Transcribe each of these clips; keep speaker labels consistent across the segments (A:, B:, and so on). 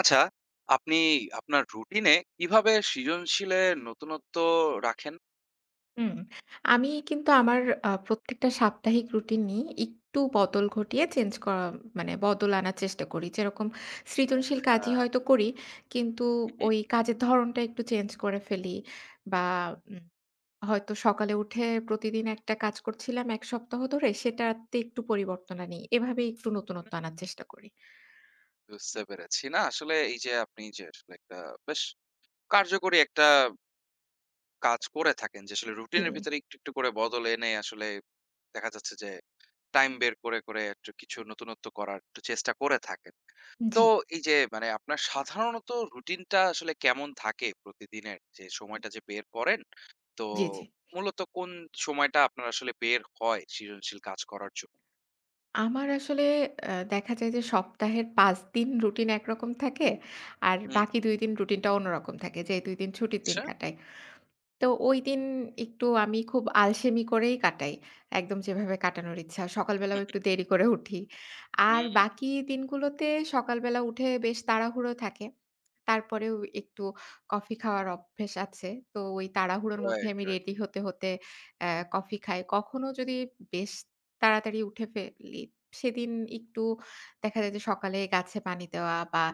A: আচ্ছা, আপনি আপনার রুটিনে কিভাবে সৃজনশীলে নতুনত্ব রাখেন?
B: হুম, আমি কিন্তু আমার প্রত্যেকটা সাপ্তাহিক রুটিন নিয়ে একটু বদল ঘটিয়ে চেঞ্জ করা মানে বদল আনার চেষ্টা করি। যেরকম সৃজনশীল
A: আচ্ছা।
B: কাজই হয়তো করি, কিন্তু
A: হুম,
B: ওই কাজের ধরনটা একটু চেঞ্জ করে ফেলি বা উম হয়তো সকালে উঠে প্রতিদিন একটা কাজ করছিলাম ১ সপ্তাহ ধরে সেটাতে একটু পরিবর্তন আনি। এভাবে একটু নতুনত্ব
A: হুম।
B: আনার চেষ্টা করি।
A: বুঝতে পেরেছি। না আসলে এই যে আপনি যে আসলে একটা বেশ কার্যকরী একটা কাজ করে থাকেন যে আসলে
B: জি,
A: রুটিনের ভিতরে একটু, একটু করে বদল এনে আসলে দেখা যাচ্ছে যে টাইম বের করে, করে একটু কিছু নতুনত্ব করার একটু চেষ্টা করে থাকেন। তো
B: জি,
A: এই যে মানে আপনার সাধারণত রুটিনটা আসলে কেমন থাকে প্রতিদিনের যে সময়টা যে বের করেন? তো
B: জি, জি।
A: মূলত কোন সময়টা আপনার আসলে বের হয় সৃজনশীল কাজ করার জন্য?
B: আমার আসলে দেখা যায় যে সপ্তাহের ৫ দিন রুটিন একরকম থাকে। আর
A: হুম,
B: বাকি ২ দিন রুটিনটা অন্যরকম থাকে। যে ২ দিন ছুটির দিন
A: আচ্ছা।
B: কাটাই। তো ওইদিন একটু আমি খুব আলসেমি করেই কাটাই। একদম যেভাবে কাটানোর ইচ্ছা। সকালবেলাও একটু দেরি করে উঠি। আর
A: হুম,
B: বাকি দিনগুলোতে সকালবেলা উঠে বেশ তাড়াহুড়ো থাকে। তারপরেও একটু কফি খাওয়ার অভ্যেস আছে। তো ওই তাড়াহুড়োর মধ্যে
A: রাইট,
B: আমি
A: রাইট।
B: রেডি হতে, হতে কফি খাই। কখনো যদি বেশ তাড়াতাড়ি উঠে ফেলি, সেদিন একটু দেখা যায় যে সকালে গাছে পানি দেওয়া বা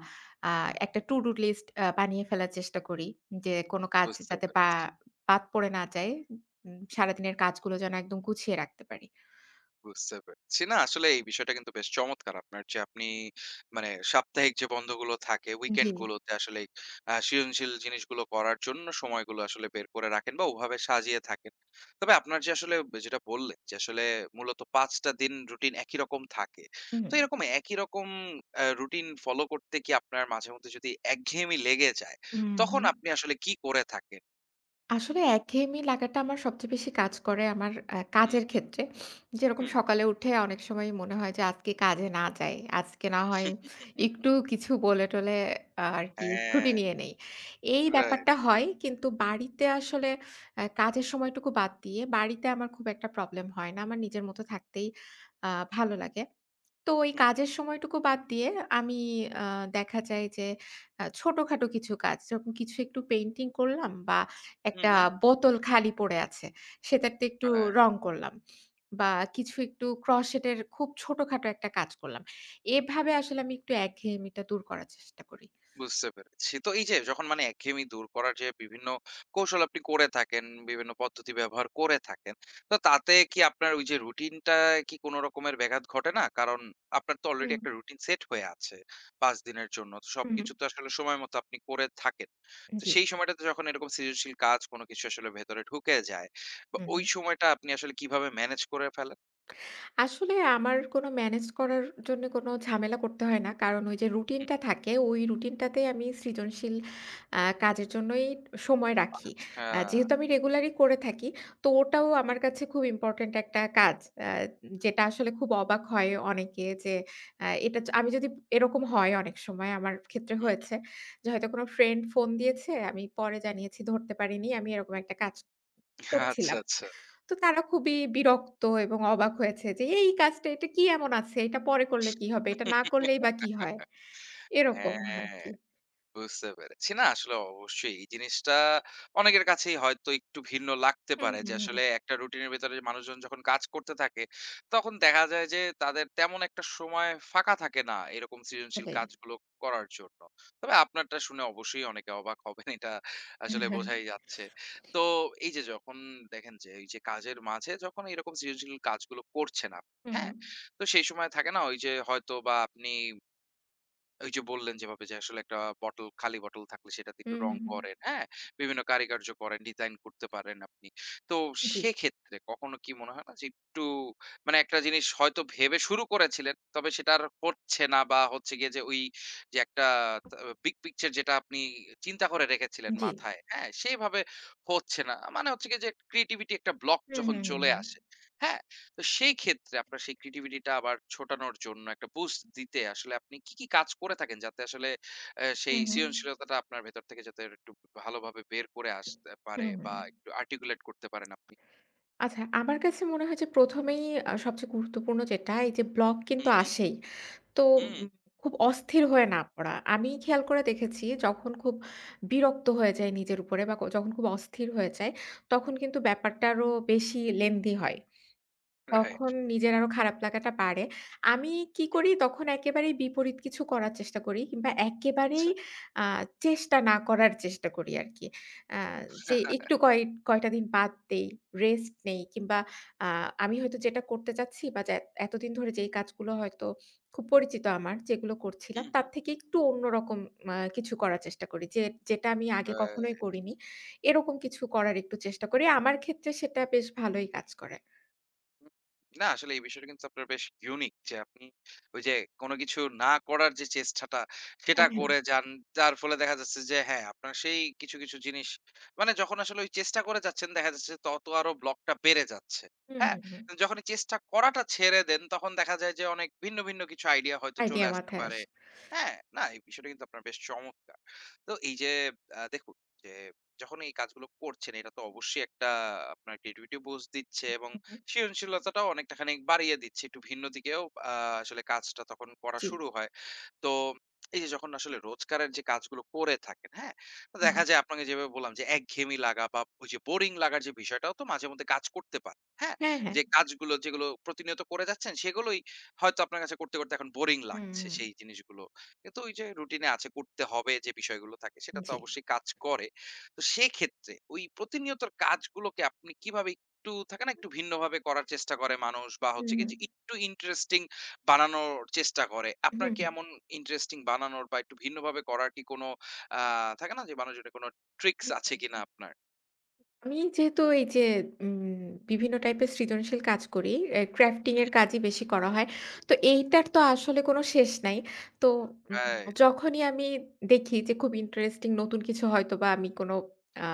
B: আ একটা to do list বানিয়ে ফেলার চেষ্টা করি। যে কোন কাজ
A: বুঝতে
B: যাতে বা
A: পেরেছি।
B: বাদ পড়ে না যায়। সারাদিনের কাজগুলো যেন একদম গুছিয়ে রাখতে পারি।
A: বুঝতে পেরেছি। না আসলে এই বিষয়টা কিন্তু বেশ চমৎকার আপনার যে আপনি মানে সাপ্তাহিক যে বন্ধগুলো থাকে
B: জি।
A: উইকেন্ড গুলোতে আসলে আহ, সৃজনশীল জিনিসগুলো করার জন্য সময়গুলো আসলে বের করে রাখেন বা ওভাবে সাজিয়ে থাকেন। তবে আপনার যে আসলে যেটা বললেন যে আসলে মূলত পাঁচটা দিন রুটিন একই রকম থাকে,
B: হুম,
A: তো এরকম একই রকম রুটিন ফলো করতে কি আপনার মাঝে মধ্যে যদি একঘেয়েমি লেগে যায়
B: হুম,
A: তখন
B: হুম।
A: আপনি আসলে কি করে থাকেন?
B: আসলে একঘেয়েমি লাগাটা আমার সবচেয়ে বেশি কাজ করে আমার
A: হুম
B: কাজের
A: হুম
B: ক্ষেত্রে। যেরকম
A: হুম।
B: সকালে উঠে অনেক সময় মনে হয় যে আজকে কাজে না যাই। আজকে না হয় একটু কিছু বলে টলে আরকি ছুটি
A: হ্যাঁ।
B: নিয়ে নেই। এই
A: রাইট।
B: ব্যাপারটা হয় কিন্তু বাড়িতে আসলে কাজের সময়টুকু বাদ দিয়ে বাড়িতে আমার খুব একটা প্রবলেম হয় না। আমার নিজের মতো থাকতেই আ ভালো লাগে। তো ওই
A: হুম
B: কাজের সময়টুকু বাদ দিয়ে আমি আ দেখা যায় যে ছোটখাটো কিছু কাজ যেরকম কিছু একটু পেইন্টিং করলাম বা
A: হুম
B: একটা
A: হুম,
B: বোতল খালি পড়ে আছে, সেটাতে একটু
A: হ্যাঁ,
B: রং করলাম বা কিছু একটু ক্রোশেটের খুব ছোটখাটো একটা কাজ করলাম। এভাবে আসলে আমি একটু একঘেয়েমিটা দূর করার চেষ্টা করি।
A: বুঝতে পেরেছি। তো এই যে যখন মানে একঘেয়েমি দূর করার যে বিভিন্ন কৌশল আপনি করে থাকেন, বিভিন্ন পদ্ধতি ব্যবহার করে থাকেন। তো তাতে কি আপনার ওই যে রুটিনটায় কি কোন রকমের ব্যাঘাত ঘটে না? কারণ আপনার তো অলরেডি
B: হুম,
A: একটা রুটিন সেট হয়ে আছে ৫ দিনের জন্য। তো
B: হুম,
A: সবকিছু তো আসলে সময় মতো আপনি করে থাকেন। তো
B: জি,
A: সেই সময়টাতে যখন এরকম সৃজনশীল কাজ কোন কিছু আসলে ভেতরে ঢুকে যায় বা
B: হুম,
A: ওই
B: হুম।
A: সময়টা আপনি আসলে কিভাবে ম্যানেজ করে ফেলেন?
B: আসলে আমার কোনো ম্যানেজ করার জন্য কোনো ঝামেলা করতে হয় না। কারণ ওই যে
A: হুম,
B: রুটিনটা থাকে, ওই রুটিনটাতেই আমি সৃজনশীল কাজের জন্যই সময় রাখি।
A: আচ্ছা। হ্যাঁ,
B: যেহেতু আমি রেগুলারই করে থাকি, তো ওটাও
A: হুম,
B: আমার কাছে খুব ইম্পোর্টেন্ট একটা কাজ। আ যেটা আসলে খুব অবাক হয় অনেকে যে আ এটা য আমি যদি এরকম হয় অনেক সময় আমার ক্ষেত্রে
A: হুম,
B: হয়েছে যে হয়তো কোনো ফ্রেন্ড ফোন দিয়েছে, আমি পরে জানিয়েছি ধরতে পারিনি। আমি এরকম একটা কাজ
A: আচ্ছা,
B: করছিলাম।
A: আচ্ছা।
B: তো তারা খুবই বিরক্ত এবং অবাক হয়েছে যে, "এই কাজটা এটা কি এমন আছে? এটা পরে করলে কি হবে? এটা না করলেই বা কি হয়?" এরকম
A: হ্যাঁ।
B: আরকি।
A: বুঝতে পেরেছি। না আসলে অবশ্যই এই জিনিসটা অনেকের কাছেই হয়তো একটু ভিন্ন লাগতে
B: হুম,
A: পারে যে
B: হুম,
A: আসলে
B: হুম।
A: একটা রুটিনের ভেতরে মানুষজন যখন কাজ করতে থাকে তখন দেখা যায় যে তাদের তেমন একটা সময় ফাঁকা থাকে না এরকম সৃজনশীল
B: আসলেই।
A: কাজগুলো করার জন্য। তবে আপনারটা শুনে অবশ্যই অনেকে অবাক হবেন, এটা আসলে বোঝাই যাচ্ছে। তো এই যে যখন দেখেন যে এই যে কাজের মাঝে যখন এরকম সৃজনশীল কাজগুলো করছেন আপনি,
B: হুম,
A: হ্যাঁ?
B: হুম।
A: তো সেই সময় থাকে না ওই যে হয়তো বা আপনি ওই যে বললেন যেভাবে যে আসলে একটা বটল খালি বটল থাকলে সেটাতে একটু
B: হুম,
A: রং
B: হুম, হুম।
A: করেন, হ্যাঁ? বিভিন্ন কারুকার্য করেন, ডিজাইন করতে পারেন আপনি। তো
B: জি,
A: সেক্ষেত্রে কখনো কি মনে হয় না যে একটু মানে একটা জিনিস হয়তো ভেবে শুরু করেছিলেন, তবে সেটা আর হচ্ছে না বা হচ্ছে গিয়ে যে ওই যে একটা তা big picture যেটা আপনি চিন্তা করে রেখেছিলেন
B: জি।
A: মাথায়, হ্যাঁ? সেইভাবে হচ্ছে না। মানে হচ্ছে গিয়ে যে ক্রিয়েটিভিটি একটা ব্লক
B: হুম,
A: যখন
B: হুম, হুম,
A: চলে
B: হুম।
A: আসে, হ্যাঁ? তো সেই ক্ষেত্রে আপনার সেই ক্রিয়েটিভিটিটা আবার ছোটানোর জন্য একটা বুস্ট দিতে আসলে আপনি কি কাজ করে থাকেন? যাতে আসলে সেই
B: হুম, হুম।
A: সৃজনশীলতাটা আপনার ভেতর থেকে যাতে একটু ভালোভাবে বের করে আসতে পারে
B: হুম, হুম।
A: বা একটু আর্টিকুলেট করতে পারেন আপনি?
B: আচ্ছা, আমার কাছে মনে হয় যে ১ম এই সবচেয়ে গুরুত্বপূর্ণ যেটা, এই যে ব্লক
A: হুম,
B: কিন্তু
A: হুম।
B: আসেই। তো
A: হুম,
B: উম খুব অস্থির হয়ে না পড়া। আমি খেয়াল করে দেখেছি যখন খুব বিরক্ত হয়ে যাই নিজের উপরে বা যখন খুব অস্থির হয়ে যাই, তখন কিন্তু ব্যাপারটা আরো বেশি লেন্দি হয়।
A: রাইট।
B: তখন নিজের আরো খারাপ লাগাটা বাড়ে। আমি কি করি তখন একেবারেই বিপরীত কিছু করার চেষ্টা করি কিংবা
A: আচ্ছা।
B: একেবারেই আ চেষ্টা না করার চেষ্টা করি আরকি। আ যে একটু কয়টা দিন বাদ দেই, রেস্ট নেই কিংবা আ আমি হয়তো যেটা করতে চাচ্ছি বা যে এতদিন ধরে যেই কাজগুলো হয়তো খুব পরিচিত আমার, যেগুলো করছিলাম
A: হুম, হুম।
B: তার থেকে একটু অন্যরকম কিছু করার চেষ্টা করি। যে যেটা আমি আগে কখনোই
A: রাইট।
B: করিনি, এরকম কিছু করার একটু চেষ্টা করি। আমার ক্ষেত্রে সেটা বেশ ভালোই কাজ করে।
A: হুম, না আসলে এই বিষয়টা কিন্তু আপনার বেশ ইউনিক যে আপনি ওই যে কোনো কিছু না করার যে চেষ্টাটা সেটা
B: হ্যাঁ, হ্যাঁ।
A: করে যান, যার ফলে দেখা যাচ্ছে যে হ্যাঁ আপনার সেই কিছু কিছু জিনিস মানে যখন আসলে ওই চেষ্টা করে যাচ্ছেন দেখা যাচ্ছে তত আরো ব্লকটা বেড়ে যাচ্ছে।
B: হুম,
A: হ্যাঁ,
B: হুম, হুম।
A: যখন এই চেষ্টা করাটা ছেড়ে দেন তখন দেখা যায় যে অনেক ভিন্ন ভিন্ন কিছু আইডিয়া হয়তো চলে
B: আইডিয়া
A: আসতে
B: মাথায়
A: পারে।
B: আসে।
A: হ্যাঁ, না এই বিষয়টা কিন্তু আপনার বেশ চমৎকার। তো এই যে আহ, দেখুন যে যখন এই কাজগুলো করছেন এটা তো অবশ্যই একটা আপনার ক্রিয়েটিভিটি বুস্ট দিচ্ছে এবং
B: হুম, হুম।
A: সৃজনশীলতাটাও অনেকটা খানিক বাড়িয়ে দিচ্ছি। একটু ভিন্ন দিকেও আ আসলে কাজটা তখন করা
B: জি।
A: শুরু হয়। তো এই যে যখন আসলে রোজকারের যে কাজগুলো করে থাকেন, হ্যাঁ? তো
B: হুম,
A: দেখা
B: হুম।
A: যায় আপনাকে যেভাবে বললাম যে একঘেয়েমি লাগা বা ওই যে বোরিং লাগার যে বিষয়টাও তো মাঝে মধ্যে কাজ করতে পারে, হ্যাঁ?
B: হ্যাঁ, হ্যাঁ।
A: যে কাজগুলো যেগুলো প্রতিনিয়ত করে যাচ্ছেন সেগুলোই হয়তো আপনার কাছে করতে, করতে এখন বোরিং
B: হুম,
A: লাগছে
B: হুম।
A: সেই জিনিসগুলো। কিন্তু ওই যে রুটিনে আছে করতে হবে যে বিষয়গুলো থাকে সেটা তো
B: জি।
A: অবশ্যই কাজ করে। তো সেক্ষেত্রে ওই প্রতিনিয়তর কাজগুলোকে আপনি কিভাবে একটু থাকে না একটু ভিন্নভাবে করার চেষ্টা করে মানুষ বা
B: হুম,
A: হচ্ছে গিয়ে
B: হুম।
A: যে একটু ইন্টারেস্টিং বানানোর চেষ্টা করে। আপনার
B: হুম,
A: কি
B: হুম।
A: এমন ইন্টারেস্টিং বানানোর বা একটু ভিন্নভাবে করার কি কোনো আ থাকে না যে মানুষজনের কোনো ট্রিকস আছে কিনা
B: হুম।
A: আপনার?
B: আমি যেহেতু এই যে উম বিভিন্ন টাইপের সৃজনশীল কাজ করি, এ ক্রাফটিং
A: হুম,
B: এর
A: হুম।
B: কাজই বেশি করা হয়। তো এইটার তো আসলে কোনো শেষ নাই। তো উম
A: রাইট।
B: যখনই আমি দেখি যে খুব ইন্টারেস্টিং নতুন কিছু হয়তোবা আমি কোনো আ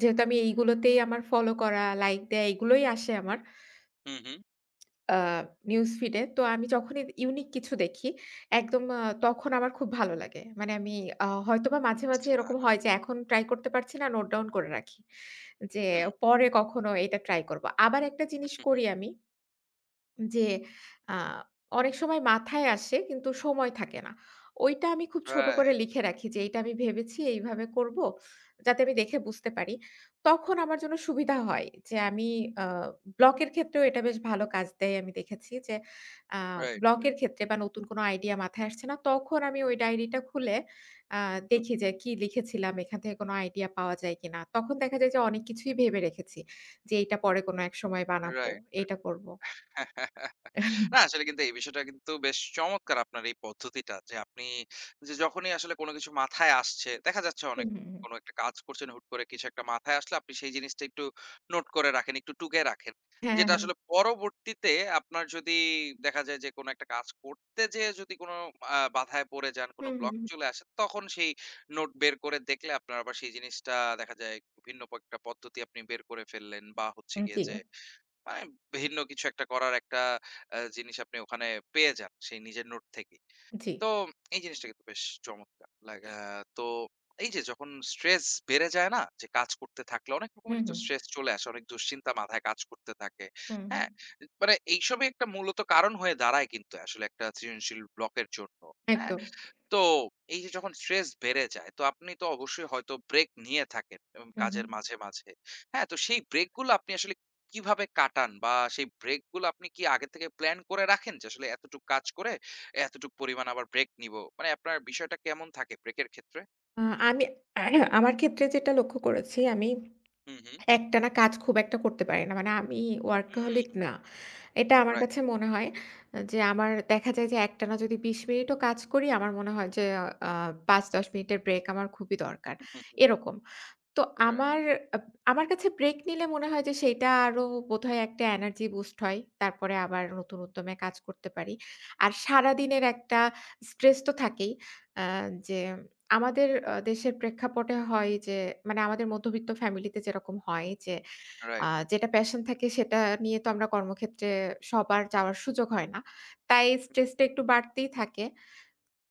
B: যেহেতু আমি এইগুলোতেই আমার ফলো করা, লাইক দেয়া এগুলোই আসে আমার।
A: হুম, হুম।
B: আ নিউজ ফিড এ। তো আমি যখনই ইউনিক কিছু দেখি, একদম তখন আমার খুব ভালো লাগে। মানে আমি হয়তোবা মাঝে, মাঝে
A: আচ্ছা।
B: এরকম হয় যে এখন ট্রাই করতে পারছি না নোট ডাউন করে রাখি। যে
A: হুম,
B: পরে কখনো এটা ট্রাই করব। আবার একটা
A: হুম,
B: জিনিস
A: হুম,
B: করি
A: হুম।
B: আমি যে আ অনেক সময় মাথায় আসে কিন্তু সময় থাকে না। ওইটা আমি খুব ছোট করে
A: রাইট,
B: লিখে রাখি যে এইটা আমি ভেবেছি এইভাবে করব। যাতে আমি দেখে বুঝতে পারি। তখন আমার জন্য সুবিধা হয় যে আমি আ ব্লকের ক্ষেত্রেও এটা বেশ ভালো কাজ দেয় আমি দেখেছি যে আ
A: রাইট।
B: ব্লকের ক্ষেত্রে বা নতুন কোনো আইডিয়া মাথায় আসছে না। তখন আমি ওই ডায়েরিটা খুলে আ
A: হুম।
B: দেখি যে কি লিখেছিলাম এখান থেকে কোনো আইডিয়া পাওয়া যায় কিনা। তখন দেখা যায় যে অনেক কিছুই ভেবে রেখেছি যে এইটা পরে কোনো এক সময় বানাবো,
A: রাইট।
B: এইটা করব।
A: না আসলে কিন্তু এই বিষয়টা কিন্তু বেশ চমৎকার আপনার এই পদ্ধতিটা যে আপনি যে যখনই আসলে কোনো কিছু মাথায় আসছে দেখা যাচ্ছে অনেক
B: হুম, হুম, হুম।
A: কোনো একটা কাজ করছেন হুট করে কিছু একটা মাথায় আসলে আপনি সেই জিনিসটা একটু নোট করে রাখেন একটু টুকে রাখেন
B: হ্যাঁ, হ্যাঁ,
A: যেটা
B: হ্যাঁ।
A: আসলে পরবর্তীতে আপনার যদি দেখা যায় যে কোনো একটা কাজ করতে যে যদি কোনো আহ, বাধায় পড়ে যান কোনো
B: হুম, হুম,
A: ব্লক
B: হুম।
A: চলে আসে তখন সেই নোট বের করে দেখলে আপনার আবার সেই জিনিসটা দেখা যায় একটু ভিন্ন একটা পদ্ধতি আপনি বের করে ফেললেন বা হচ্ছে গিয়ে
B: জি,
A: যে মানে ভিন্ন কিছু একটা করার একটা জিনিস আপনি ওখানে পেয়ে যান, সেই নিজের নোট থেকেই।
B: জি।
A: তো এই জিনিসটা কিন্তু বেশ চমৎকার লাগা। তো এই যে যখন স্ট্রেস বেড়ে যায় না? যে কাজ করতে থাকলে অনেক রকমের
B: হুম,
A: তো
B: হুম,
A: স্ট্রেস চলে আসে, অনেক দুশ্চিন্তা মাথায় কাজ করতে থাকে।
B: হুম, হুম।
A: হ্যাঁ? মানে এইসবই একটা মূলত কারণ হয়ে দাঁড়ায় কিন্তু আসলে একটা সৃজনশীল ব্লকের জন্য। হ্যাঁ?
B: একদম।
A: তো এই যে যখন স্ট্রেস বেড়ে যায় তো আপনি তো অবশ্যই হয়তো ব্রেক নিয়ে থাকেন
B: হুম,
A: কাজের
B: হুম।
A: মাঝে মাঝে, হ্যাঁ? তো সেই ব্রেক গুলো আপনি আসলে কিভাবে কাটান বা সেই ব্রেক গুলো আপনি কি আগে থেকে প্ল্যান করে রাখেন যে আসলে এতটুকু কাজ করে এতটুকু পরিমাণ আবার ব্রেক নিব, মানে আপনার বিষয়টা কেমন থাকে ব্রেকের ক্ষেত্রে?
B: আ আমি আমার ক্ষেত্রে যেটা লক্ষ্য করেছি আমি
A: হুম হুম
B: একটানা কাজ খুব একটা করতে পারি না। মানে আমি workaholic না। এটা আমার
A: রাইট
B: কাছে মনে হয় যে আমার দেখা যায় যে একটানা যদি ২০ মিনিটও কাজ করি আমার মনে হয় যে আ ৫-১০ মিনিটের ব্রেক আমার খুবই দরকার। এরকম। তো
A: রাইট
B: আমার আব আমার কাছে ব্রেক নিলে মনে হয় যে সেইটা আরো বোধহয় একটা এনার্জি বুস্ট হয়। তারপরে আবার নতুন উদ্যমে কাজ করতে পারি। আর সারাদিনের একটা স্ট্রেস তো থাকেই। আ যে আমাদের দেশের প্রেক্ষাপটে হয় যে মানে আমাদের মধ্যবিত্ত ফ্যামিলিতে যেরকম হয় যে
A: রাইট
B: যেটা প্যাশন থাকে সেটা নিয়ে তো আমরা কর্মক্ষেত্রে সবার যাওয়ার সুযোগ হয় না। তাই স্ট্রেসটা একটু বাড়তেই থাকে।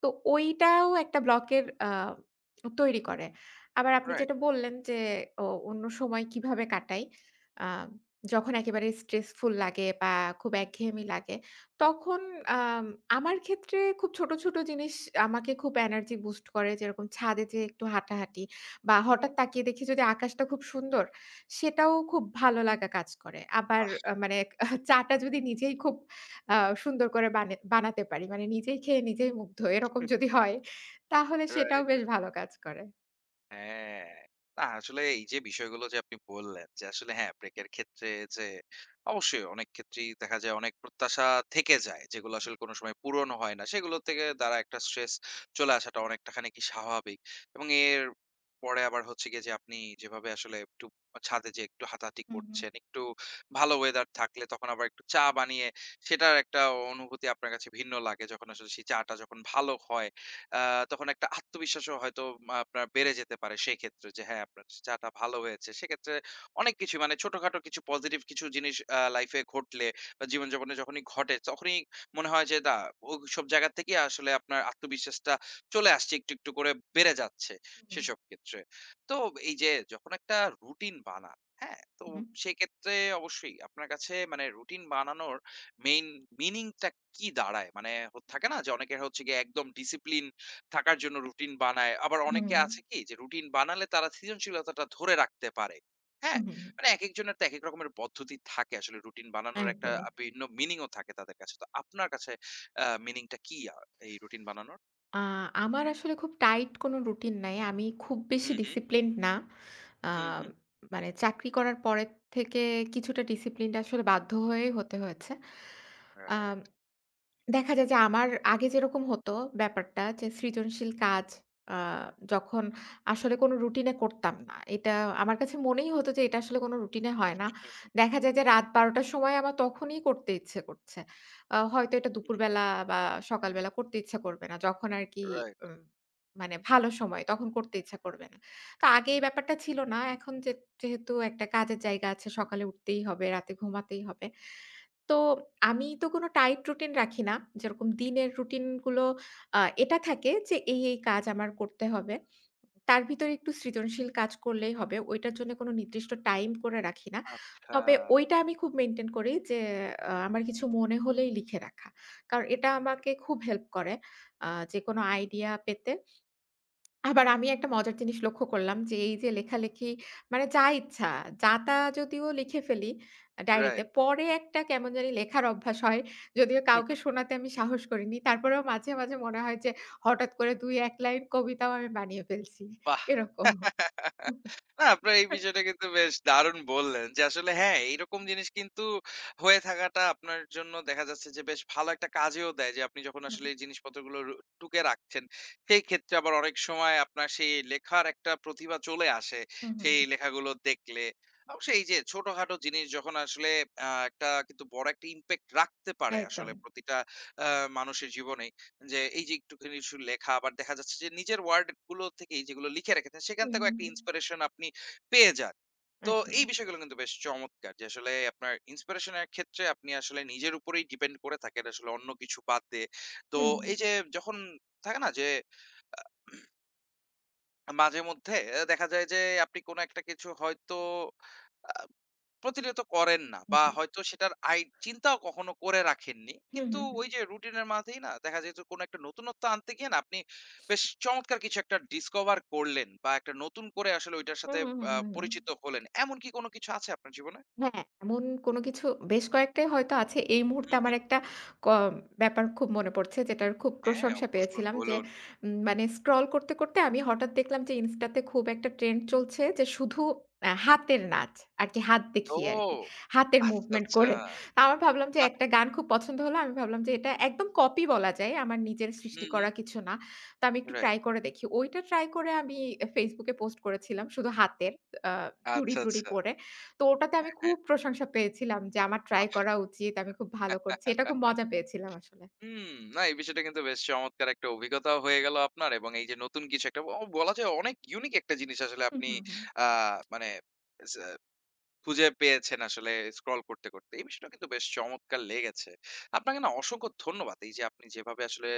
B: তো ওইটাও একটা ব্লকের তৈরি করে। আবার আপনি
A: রাইট
B: যেটা বললেন যে, অ অন্য সময় কিভাবে কাটাই? আ যখন একেবারে স্ট্রেসফুল লাগে বা খুব একঘেয়েমি লাগে, তখন আম আমার ক্ষেত্রে খুব ছোট, ছোট জিনিস আমাকে খুব এনার্জি বুস্ট করে। যেরকম ছাদে যেয়ে একটু হাঁটাহাঁটি বা হঠাৎ তাকিয়ে দেখি যদি আকাশটা খুব সুন্দর, সেটাও খুব ভালো লাগা কাজ করে। আবার মানে চা টা যদি নিজেই খুব আ সুন্দর করে বানাতে পারি। মানে নিজেই খেয়ে নিজেই মুগ্ধ এরকম যদি হয়, তাহলে সেটাও
A: রাইট
B: বেশ ভালো কাজ করে।
A: হ্যাঁ। না আসলে এই যে বিষয়গুলো যে আপনি বললেন যে আসলে হ্যাঁ, ব্রেকের ক্ষেত্রে যে অবশ্যই অনেক ক্ষেত্রেই দেখা যায় অনেক প্রত্যাশা থেকে যায় যেগুলো আসলে কোনো সময় পূরণ হয় না। সেগুলো থেকে দ্বারা একটা স্ট্রেস চলে আসাটা অনেকটা খানিকই স্বাভাবিক। এবং এর পরে আবার হচ্ছে গিয়ে যে আপনি যেভাবে আসলে একটু ছাদে যেয়ে একটু হাঁটাহাঁটি
B: হুম, হুম,
A: করছেন, একটু ভালো ওয়েদার থাকলে তখন আবার একটু চা বানিয়ে সেটার একটা অনুভূতি আপনার কাছে ভিন্ন লাগে যখন আসলে সেই চাটা যখন ভালো হয়। আ তখন একটা আত্মবিশ্বাসও হয়তো আপনার বেড়ে যেতে পারে সেইক্ষেত্রে যে হ্যাঁ, আপনার চাটা ভালো হয়েছে। সেক্ষেত্রে অনেক কিছু মানে ছোটখাটো কিছু পজিটিভ কিছু জিনিস লাইফে ঘটলে বা জীবনযাপনে যখনই ঘটে তখনই মনে হয় যে না ওইসব জায়গা থেকেই আসলে আপনার আত্মবিশ্বাসটা চলে আসছে একটু, একটু করে বেড়ে যাচ্ছে
B: হুম,
A: সেসব ক্ষেত্রে। তো এই যে যখন একটা রুটিন বানান, হ্যাঁ? তো
B: হুম,
A: সেক্ষেত্রে অবশ্যই আপনার কাছে মানে রুটিন বানানোর মেইন মিনিংটা কি দাঁড়ায়? মানে থাকে না যে অনেকের হচ্ছে গিয়ে একদম ডিসিপ্লিন থাকার জন্য রুটিন বানায়। আবার
B: হুম,
A: অনেকে আছে কি যে রুটিন বানালে তারা সৃজনশীলতাটা ধরে রাখতে পারে। হ্যাঁ?
B: হুম, হুম,
A: মানে একেকজনের তো একেক রকমের পদ্ধতি থাকে। আসলে রুটিন বানানোর একটা
B: একদমই।
A: ভিন্ন মিনিং ও থাকে তাদের কাছে। তো আপনার কাছে মিনিং টা কি, এই রুটিন বানানোর?
B: আ আমার আসলে খুব টাইট কোনো রুটিন নাই। আমি খুব
A: হু,
B: বেশি
A: হু,
B: ডিসিপ্লিনড না। আ
A: হু, হু।
B: মানে চাকরি করার পরের থেকে কিছুটা ডিসিপ্লিনড আসলে বাধ্য হয়েই হতে হয়েছে। আম
A: রাইট,
B: দেখা যায় যে আমার আগে যেরকম হতো ব্যাপারটা যে সৃজনশীল কাজ আ যখন আসলে কোনো রুটিনে করতাম না। এটা আমার কাছে মনেই হতো যে এটা আসলে কোনো রুটিনে হয় না।
A: হুম।
B: দেখা যায় যে রাত ১২ঃ০০ টার সময় আমার তখনই করতে ইচ্ছে করছে। হয়তো এটা দুপুরবেলা বা সকালবেলা করতে ইচ্ছা করবে না। যখন আরকি
A: রাইট।
B: উম মানে ভালো সময় তখন করতে ইচ্ছা করবে না। তো আগে এই ব্যাপারটা ছিল না। এখন যেহেতু একটা কাজের জায়গা আছে সকালে উঠতেই হবে, রাতে ঘুমাতেই হবে। তো আমি তো কোনো টাইট রুটিন রাখি না। যেরকম দিনের রুটিন গুলো এটা থাকে যে এই কাজ আমার করতে হবে। তার ভিতরে একটু সৃজনশীল কাজ করলেই হবে। ওইটার জন্য কোনো নির্দিষ্ট টাইম করে রাখি না।
A: আচ্ছা,
B: তবে ওইটা আমি খুব মেইনটেইন করি যে আমার কিছু মনে হলেই লিখে রাখা। কারণ এটা আমাকে খুব হেল্প করে যেকোনো আইডিয়া পেতে। আবার আমি একটা মজার জিনিস লক্ষ্য করলাম যে, এই যে লেখালেখি মানে যা ইচ্ছা, যা তা যদিও লিখে ফেলি ডায়েরিতে,
A: রাইট।
B: পরে একটা কেমন জানি লেখার অভ্যাস হয়। যদিও কাউকে শোনাতে আমি সাহস করিনি। তারপরেও মাঝে, মাঝে মনে হয় যে হঠাৎ করে ২-১ লাইন কবিতাও আমি বানিয়ে ফেলছি।
A: বাহ!
B: এরকম।
A: না আপনার এই বিষয়টা কিন্তু বেশ দারুণ বললেন যে আসলে হ্যাঁ, এইরকম জিনিস কিন্তু হয়ে থাকাটা আপনার জন্য দেখা যাচ্ছে যে বেশ ভালো একটা কাজেও দেয় যে আপনি যখন
B: হুম, হুম,
A: আসলে এই জিনিসপত্রগুলো টুকে রাখছেন, সেই ক্ষেত্রে আবার অনেক সময় আপনার সেই লেখার একটা প্রতিভা চলে আসে,
B: হুম, হুম।
A: সেই লেখাগুলো দেখলে। অবশ্যই এই যে ছোটখাটো জিনিস যখন আসলে একটা কিন্তু বড় একটা ইমপ্যাক্ট রাখতে পারে আসলে
B: একদম।
A: প্রতিটা আ মানুষের জীবনে। যে এই যে একটুখানি লেখা আবার দেখা যাচ্ছে যে নিজের ওয়ার্ড গুলো থেকেই যেগুলো লিখে রেখেছেন সেখান
B: হুম,
A: থেকেও
B: হুম,
A: একটা
B: হুম।
A: ইন্সপিরেশন আপনি পেয়ে যান। তো এই
B: একদমই।
A: বিষয়গুলো কিন্তু বেশ চমৎকার যে আসলে আপনার ইন্সপিরেশন এর ক্ষেত্রে আপনি আসলে নিজের উপরেই ডিপেন্ড করে থাকেন আসলে অন্য কিছু বাদ দিয়ে। তো
B: হুম, হুম।
A: এই যে যখন থাকে না যে মাঝে মধ্যে দেখা যায় যে আপনি কোনো একটা কিছু হয়তো আ প্রতিনিয়ত করেন না বা
B: জি।
A: হয়তো সেটার চিন্তাও কখনো করে রাখেননি।
B: হুম,
A: কিন্তু
B: হুম, হুম।
A: ওই যে রুটিনের মাঝেই না দেখা যেত কোনো একটা নতুনত্ব আনতে গিয়ে না আপনি বেশ চমৎকার কিছু একটা ডিসকভার করলেন বা একটা নতুন করে আসলে ওইটার
B: হুম,
A: সাথে
B: হুম, হুম, হুম, হুম।
A: পরিচিত হলেন। এমন কি কোনো কিছু আছে আপনার জীবনে?
B: হ্যাঁ, এমন কোনো কিছু বেশ কয়েকটাই হয়তো আছে। এই
A: হুম,
B: মুহূর্তে আমার
A: হুম।
B: একটা ক ব্যাপার খুব মনে পড়ছে যেটার খুব
A: হ্যাঁ,
B: প্রশংসা
A: বলুন,
B: পেয়েছিলাম যে
A: বলুন।
B: মানে স্ক্রল করতে, করতে আমি হঠাৎ দেখলাম যে Insta তে খুব একটা ট্রেন্ড চলছে যে শুধু হাতের নাচ আরকি হাত দেখিয়ে আরকি।
A: ও!
B: হাতের
A: আচ্ছা,
B: মুভমেন্ট
A: আচ্ছা।
B: করে। তা আমার ভাবলাম যে
A: বাহ!
B: একটা গান খুব পছন্দ হলো। আমি ভাবলাম যে এটা একদম কপি বলা যায়। আমার নিজের সৃষ্টি
A: হুম, হুম।
B: করা কিছু না। তো আমি একটু
A: রাইট।
B: ট্রাই করে দেখি। ওইটা ট্রাই করে আমি Facebook এ পোস্ট করেছিলাম শুধু হাতের আ
A: আচ্ছা,
B: চুড়ি-টুড়ি
A: আচ্ছা।
B: পরে। তো ওটাতে আমি
A: হ্যাঁ, হ্যাঁ।
B: খুব প্রশংসা পেয়েছিলাম যে আমার ট্রাই
A: বাহ!
B: করা উচিত। আমি খুব ভালো করছি। এটা খুব মজা পেয়েছিলাম আসলে।
A: হুম, না এই বিষয়টা কিন্তু বেশ চমৎকার একটা অভিজ্ঞতা হয়ে গেল আপনার এবং এই যে নতুন কিছু একটা ও বলা যায় অনেক ইউনিক একটা জিনিস আসলে
B: হু,
A: আপনি
B: হু, হু।
A: আ মানে সা খুঁজে পেয়েছেন আসলে স্ক্রল করতে, করতে। এই বিষয়টা কিন্তু বেশ চমৎকার লেগেছে। আপনাকে না অসংখ্য ধন্যবাদ। এই যে আপনি যেভাবে আসলে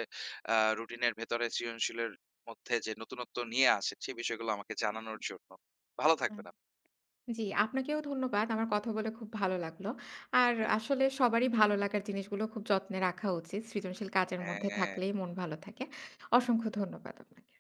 A: রুটিনের ভেতরে সৃজনশীলের মধ্যে যে নতুনত্ব নিয়ে আসেন, সেই বিষয়গুলো আমাকে জানানোর জন্য। ভালো
B: হুম।
A: থাকবেন আপনি।
B: জি, আপনাকেও ধন্যবাদ। আমার কথা বলে খুব ভালো লাগলো। আর
A: হুম।
B: আসলে সবারই ভালো লাগার জিনিসগুলো খুব যত্নে রাখা উচিত। সৃজনশীল কাজের মধ্যে
A: হ্যাঁ।
B: থাকলেই মন ভালো থাকে। অসংখ্য ধন্যবাদ আপনাকে।